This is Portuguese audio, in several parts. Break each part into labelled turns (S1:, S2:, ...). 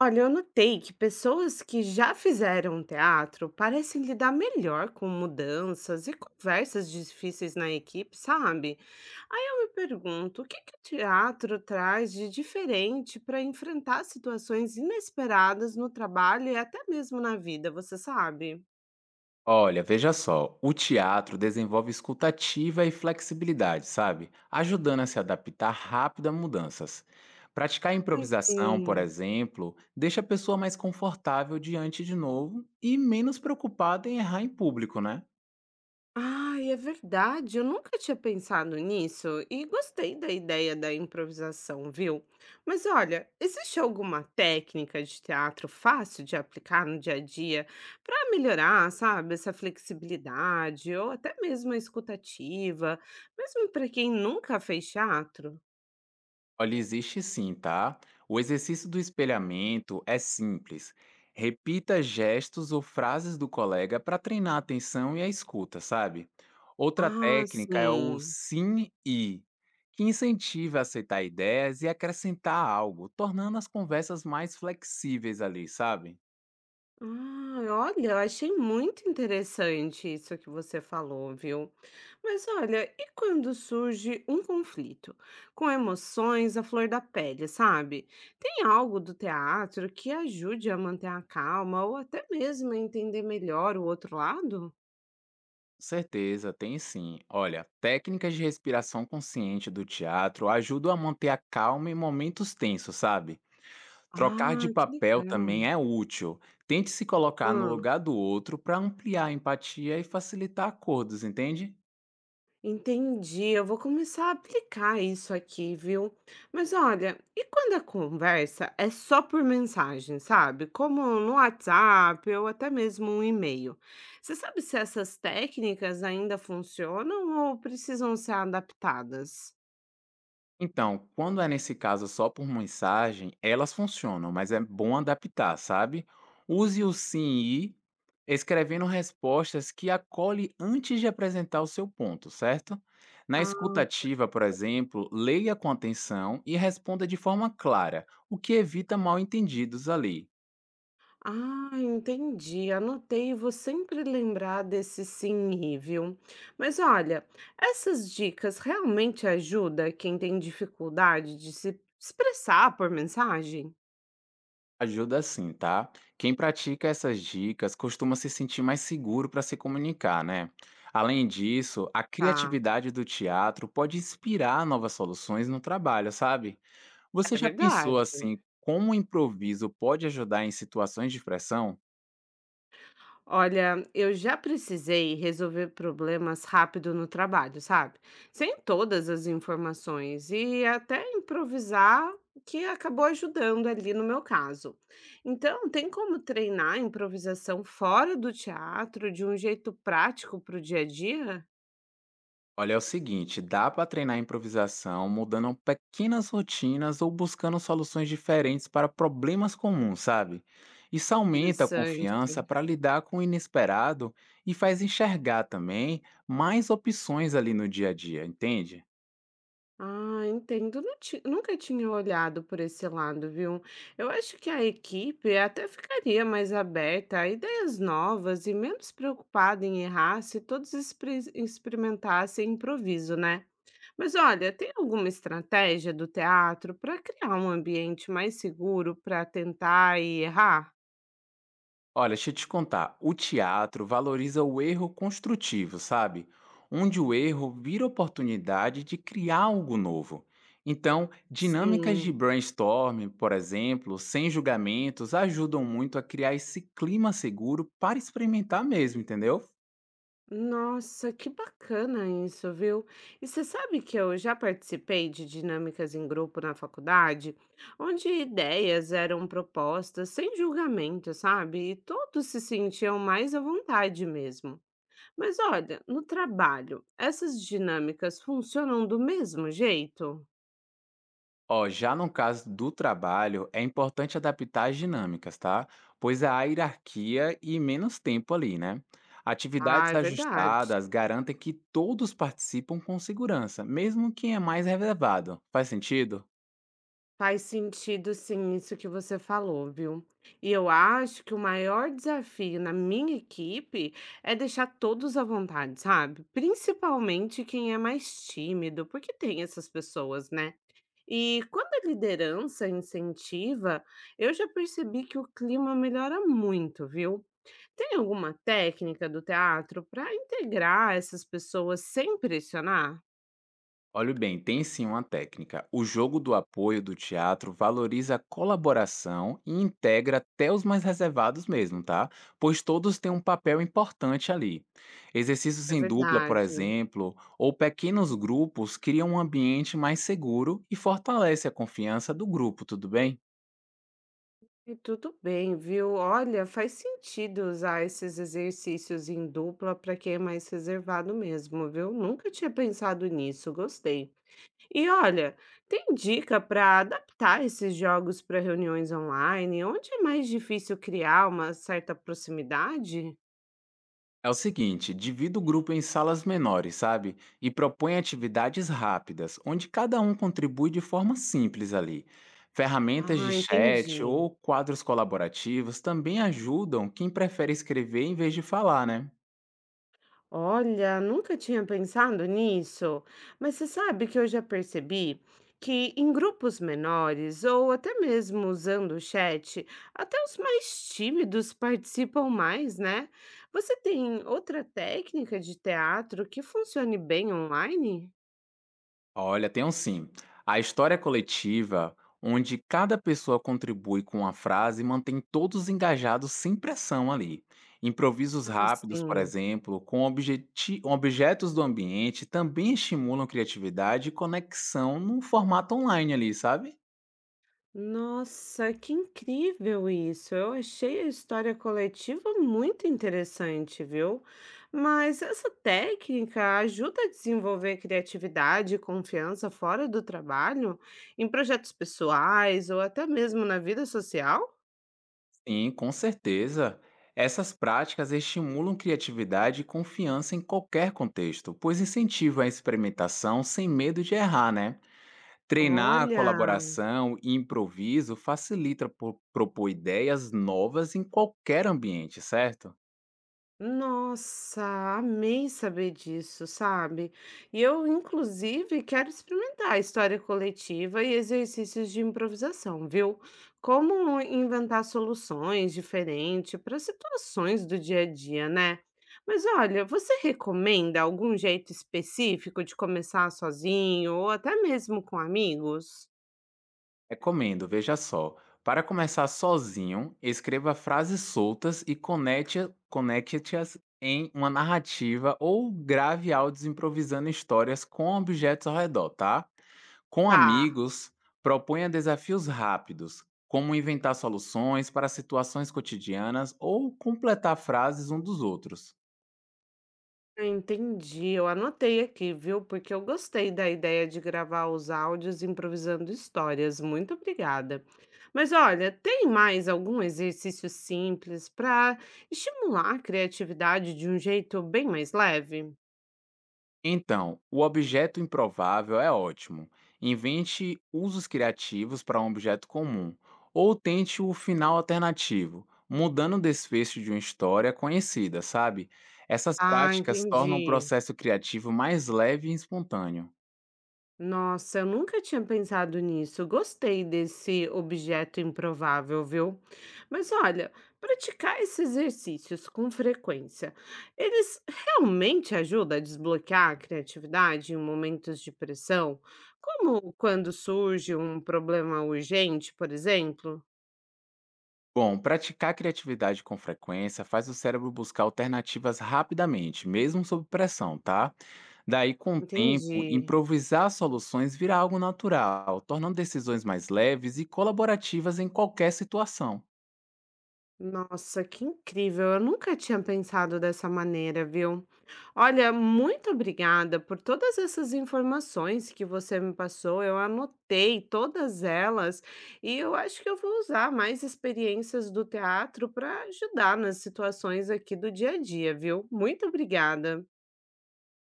S1: Olha, eu notei que pessoas que já fizeram teatro parecem lidar melhor com mudanças e conversas difíceis na equipe, sabe? Aí eu me pergunto, o que que o teatro traz de diferente para enfrentar situações inesperadas no trabalho e até mesmo na vida, você sabe?
S2: Olha, veja só, o teatro desenvolve escutativa e flexibilidade, sabe? Ajudando a se adaptar rápido a mudanças. Praticar
S1: Ai,
S2: improvisação, por
S1: sim.
S2: exemplo, deixa a pessoa mais confortável diante de novo e menos preocupada em errar em público, né?
S1: Ai, é verdade, eu nunca tinha pensado nisso e gostei da ideia da improvisação, viu? Mas olha, existe alguma técnica de teatro fácil de aplicar no dia a dia para melhorar, sabe, essa flexibilidade ou até mesmo a escutativa, mesmo para quem nunca fez teatro?
S2: Olha, existe sim, tá? O exercício do espelhamento é simples. Repita gestos ou frases do colega para treinar a atenção e a escuta, sabe? Outra
S1: Ah,
S2: técnica é o
S1: sim.
S2: sim e, que incentiva a aceitar ideias e acrescentar algo, tornando as conversas mais flexíveis ali, sabe?
S1: Ah, olha, eu achei muito interessante isso que você falou, viu? Mas olha, e quando surge um conflito com emoções à flor da pele, sabe? Tem algo do teatro que ajude a manter a calma ou até mesmo a entender melhor o outro lado?
S2: Certeza, tem sim. Olha, técnicas de respiração consciente do teatro ajudam a manter a calma em momentos tensos, sabe? Trocar
S1: Ah,
S2: de
S1: que
S2: papel também
S1: legal.
S2: é útil. Tente se colocar no lugar do outro para ampliar a empatia e facilitar acordos, entende?
S1: Entendi, eu vou começar a aplicar isso aqui, viu? Mas olha, e quando a conversa é só por mensagem, sabe? Como no WhatsApp ou até mesmo um e-mail. Você sabe se essas técnicas ainda funcionam ou precisam ser adaptadas?
S2: Então, quando é nesse caso só por mensagem, elas funcionam, mas é bom adaptar, sabe? Use o sim e escrevendo respostas que acolhe antes de apresentar o seu ponto, certo? Na escutativa, por exemplo, leia com atenção e responda de forma clara, o que evita mal-entendidos ali.
S1: Ah, entendi. Anotei e vou sempre lembrar desse sim e, viu? Mas olha, essas dicas realmente ajudam quem tem dificuldade de se expressar por mensagem?
S2: Ajuda sim, tá? Quem pratica essas dicas costuma se sentir mais seguro para se comunicar, né? Além disso, a
S1: Tá,
S2: criatividade do teatro pode inspirar novas soluções no trabalho, sabe? Você
S1: é
S2: já pensou
S1: verdade.
S2: assim, como o improviso pode ajudar em situações de pressão?
S1: Olha, eu já precisei resolver problemas rápido no trabalho, sabe? Sem todas as informações e até improvisar, que acabou ajudando ali no meu caso. Então, tem como treinar a improvisação fora do teatro de um jeito prático para o dia a dia?
S2: Olha, é o seguinte, dá para treinar a improvisação mudando pequenas rotinas ou buscando soluções diferentes para problemas comuns, sabe? Isso aumenta a confiança
S1: Interessante.
S2: para lidar com o inesperado e faz enxergar também mais opções ali no dia a dia, entende?
S1: Ah, entendo. Nunca tinha olhado por esse lado, viu? Eu acho que a equipe até ficaria mais aberta a ideias novas e menos preocupada em errar se todos experimentassem improviso, né? Mas olha, tem alguma estratégia do teatro para criar um ambiente mais seguro para tentar e errar?
S2: Olha, deixa eu te contar. O teatro valoriza o erro construtivo, sabe? Onde o erro vira oportunidade de criar algo novo. Então, dinâmicas de
S1: Sim.
S2: brainstorming, por exemplo, sem julgamentos, ajudam muito a criar esse clima seguro para experimentar mesmo, entendeu?
S1: Nossa, que bacana isso, viu? E você sabe que eu já participei de dinâmicas em grupo na faculdade, onde ideias eram propostas sem julgamento, sabe? E todos se sentiam mais à vontade mesmo. Mas olha, no trabalho, essas dinâmicas funcionam do mesmo jeito?
S2: Ó, já no caso do trabalho, é importante adaptar as dinâmicas, tá? Pois há hierarquia e menos tempo ali, né?
S1: Ah,
S2: Atividades
S1: é verdade.
S2: ajustadas garantem que todos participam com segurança, mesmo quem é mais reservado. Faz sentido?
S1: Faz sentido sim, isso que você falou, viu? E eu acho que o maior desafio na minha equipe é deixar todos à vontade, sabe? Principalmente quem é mais tímido, porque tem essas pessoas, né? E quando a liderança incentiva, eu já percebi que o clima melhora muito, viu? Tem alguma técnica do teatro para integrar essas pessoas sem pressionar?
S2: Olha bem, tem sim uma técnica. O jogo do apoio do teatro valoriza a colaboração e integra até os mais reservados mesmo, tá? Pois todos têm um papel importante ali. Exercícios
S1: É
S2: em dupla, por
S1: verdade.
S2: exemplo, ou pequenos grupos criam um ambiente mais seguro e fortalece a confiança do grupo, tudo bem?
S1: E tudo bem, viu? Olha, faz sentido usar esses exercícios em dupla para quem é mais reservado mesmo, viu? Nunca tinha pensado nisso, gostei. E olha, tem dica para adaptar esses jogos para reuniões online, onde é mais difícil criar uma certa proximidade?
S2: É o seguinte, divida o grupo em salas menores, sabe? E propõe atividades rápidas, onde cada um contribui de forma simples ali. Ferramentas
S1: Ah,
S2: de chat
S1: entendi.
S2: ou quadros colaborativos também ajudam quem prefere escrever em vez de falar, né?
S1: Olha, nunca tinha pensado nisso, mas você sabe que eu já percebi que em grupos menores ou até mesmo usando o chat, até os mais tímidos participam mais, né? Você tem outra técnica de teatro que funcione bem online?
S2: Olha, tem um sim. A história coletiva, onde cada pessoa contribui com uma frase, mantém todos engajados sem pressão ali. Improvisos
S1: Ah,
S2: rápidos, por
S1: sim.
S2: exemplo, com objetos do ambiente, também estimulam criatividade e conexão num formato online ali, sabe?
S1: Nossa, que incrível isso! Eu achei a história coletiva muito interessante, viu? Mas essa técnica ajuda a desenvolver criatividade e confiança fora do trabalho, em projetos pessoais ou até mesmo na vida social?
S2: Sim, com certeza. Essas práticas estimulam criatividade e confiança em qualquer contexto, pois incentivam a experimentação sem medo de errar, né? Treinar a
S1: Olha!
S2: colaboração e improviso facilita propor ideias novas em qualquer ambiente, certo?
S1: Nossa, amei saber disso, sabe? E eu, inclusive, quero experimentar a história coletiva e exercícios de improvisação, viu? Como inventar soluções diferentes para situações do dia a dia, né? Mas olha, você recomenda algum jeito específico de começar sozinho ou até mesmo com amigos?
S2: Recomendo, veja só. Para começar sozinho, escreva frases soltas e conecte-as em uma narrativa ou grave áudios improvisando histórias com objetos ao redor, tá? Com
S1: Tá.
S2: amigos, proponha desafios rápidos, como inventar soluções para situações cotidianas ou completar frases um dos outros.
S1: Ah, entendi, eu anotei aqui, viu? Porque eu gostei da ideia de gravar os áudios improvisando histórias. Muito obrigada. Mas olha, tem mais algum exercício simples para estimular a criatividade de um jeito bem mais leve?
S2: Então, o objeto improvável é ótimo. Invente usos criativos para um objeto comum, ou tente o final alternativo, mudando o desfecho de uma história conhecida, sabe? Essas
S1: Ah,
S2: práticas tornam o
S1: entendi.
S2: processo criativo mais leve e espontâneo.
S1: Nossa, eu nunca tinha pensado nisso. Gostei desse objeto improvável, viu? Mas olha, praticar esses exercícios com frequência, eles realmente ajudam a desbloquear a criatividade em momentos de pressão? Como quando surge um problema urgente, por exemplo?
S2: Bom, praticar criatividade com frequência faz o cérebro buscar alternativas rapidamente, mesmo sob pressão, tá? Daí, com o tempo,
S1: Entendi.
S2: improvisar soluções vira algo natural, tornando decisões mais leves e colaborativas em qualquer situação.
S1: Nossa, que incrível! Eu nunca tinha pensado dessa maneira, viu? Olha, muito obrigada por todas essas informações que você me passou. Eu anotei todas elas e eu acho que eu vou usar mais experiências do teatro para ajudar nas situações aqui do dia a dia, viu? Muito obrigada.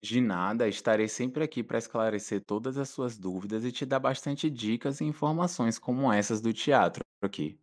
S2: De nada, estarei sempre aqui para esclarecer todas as suas dúvidas e te dar bastante dicas e informações como essas do teatro aqui.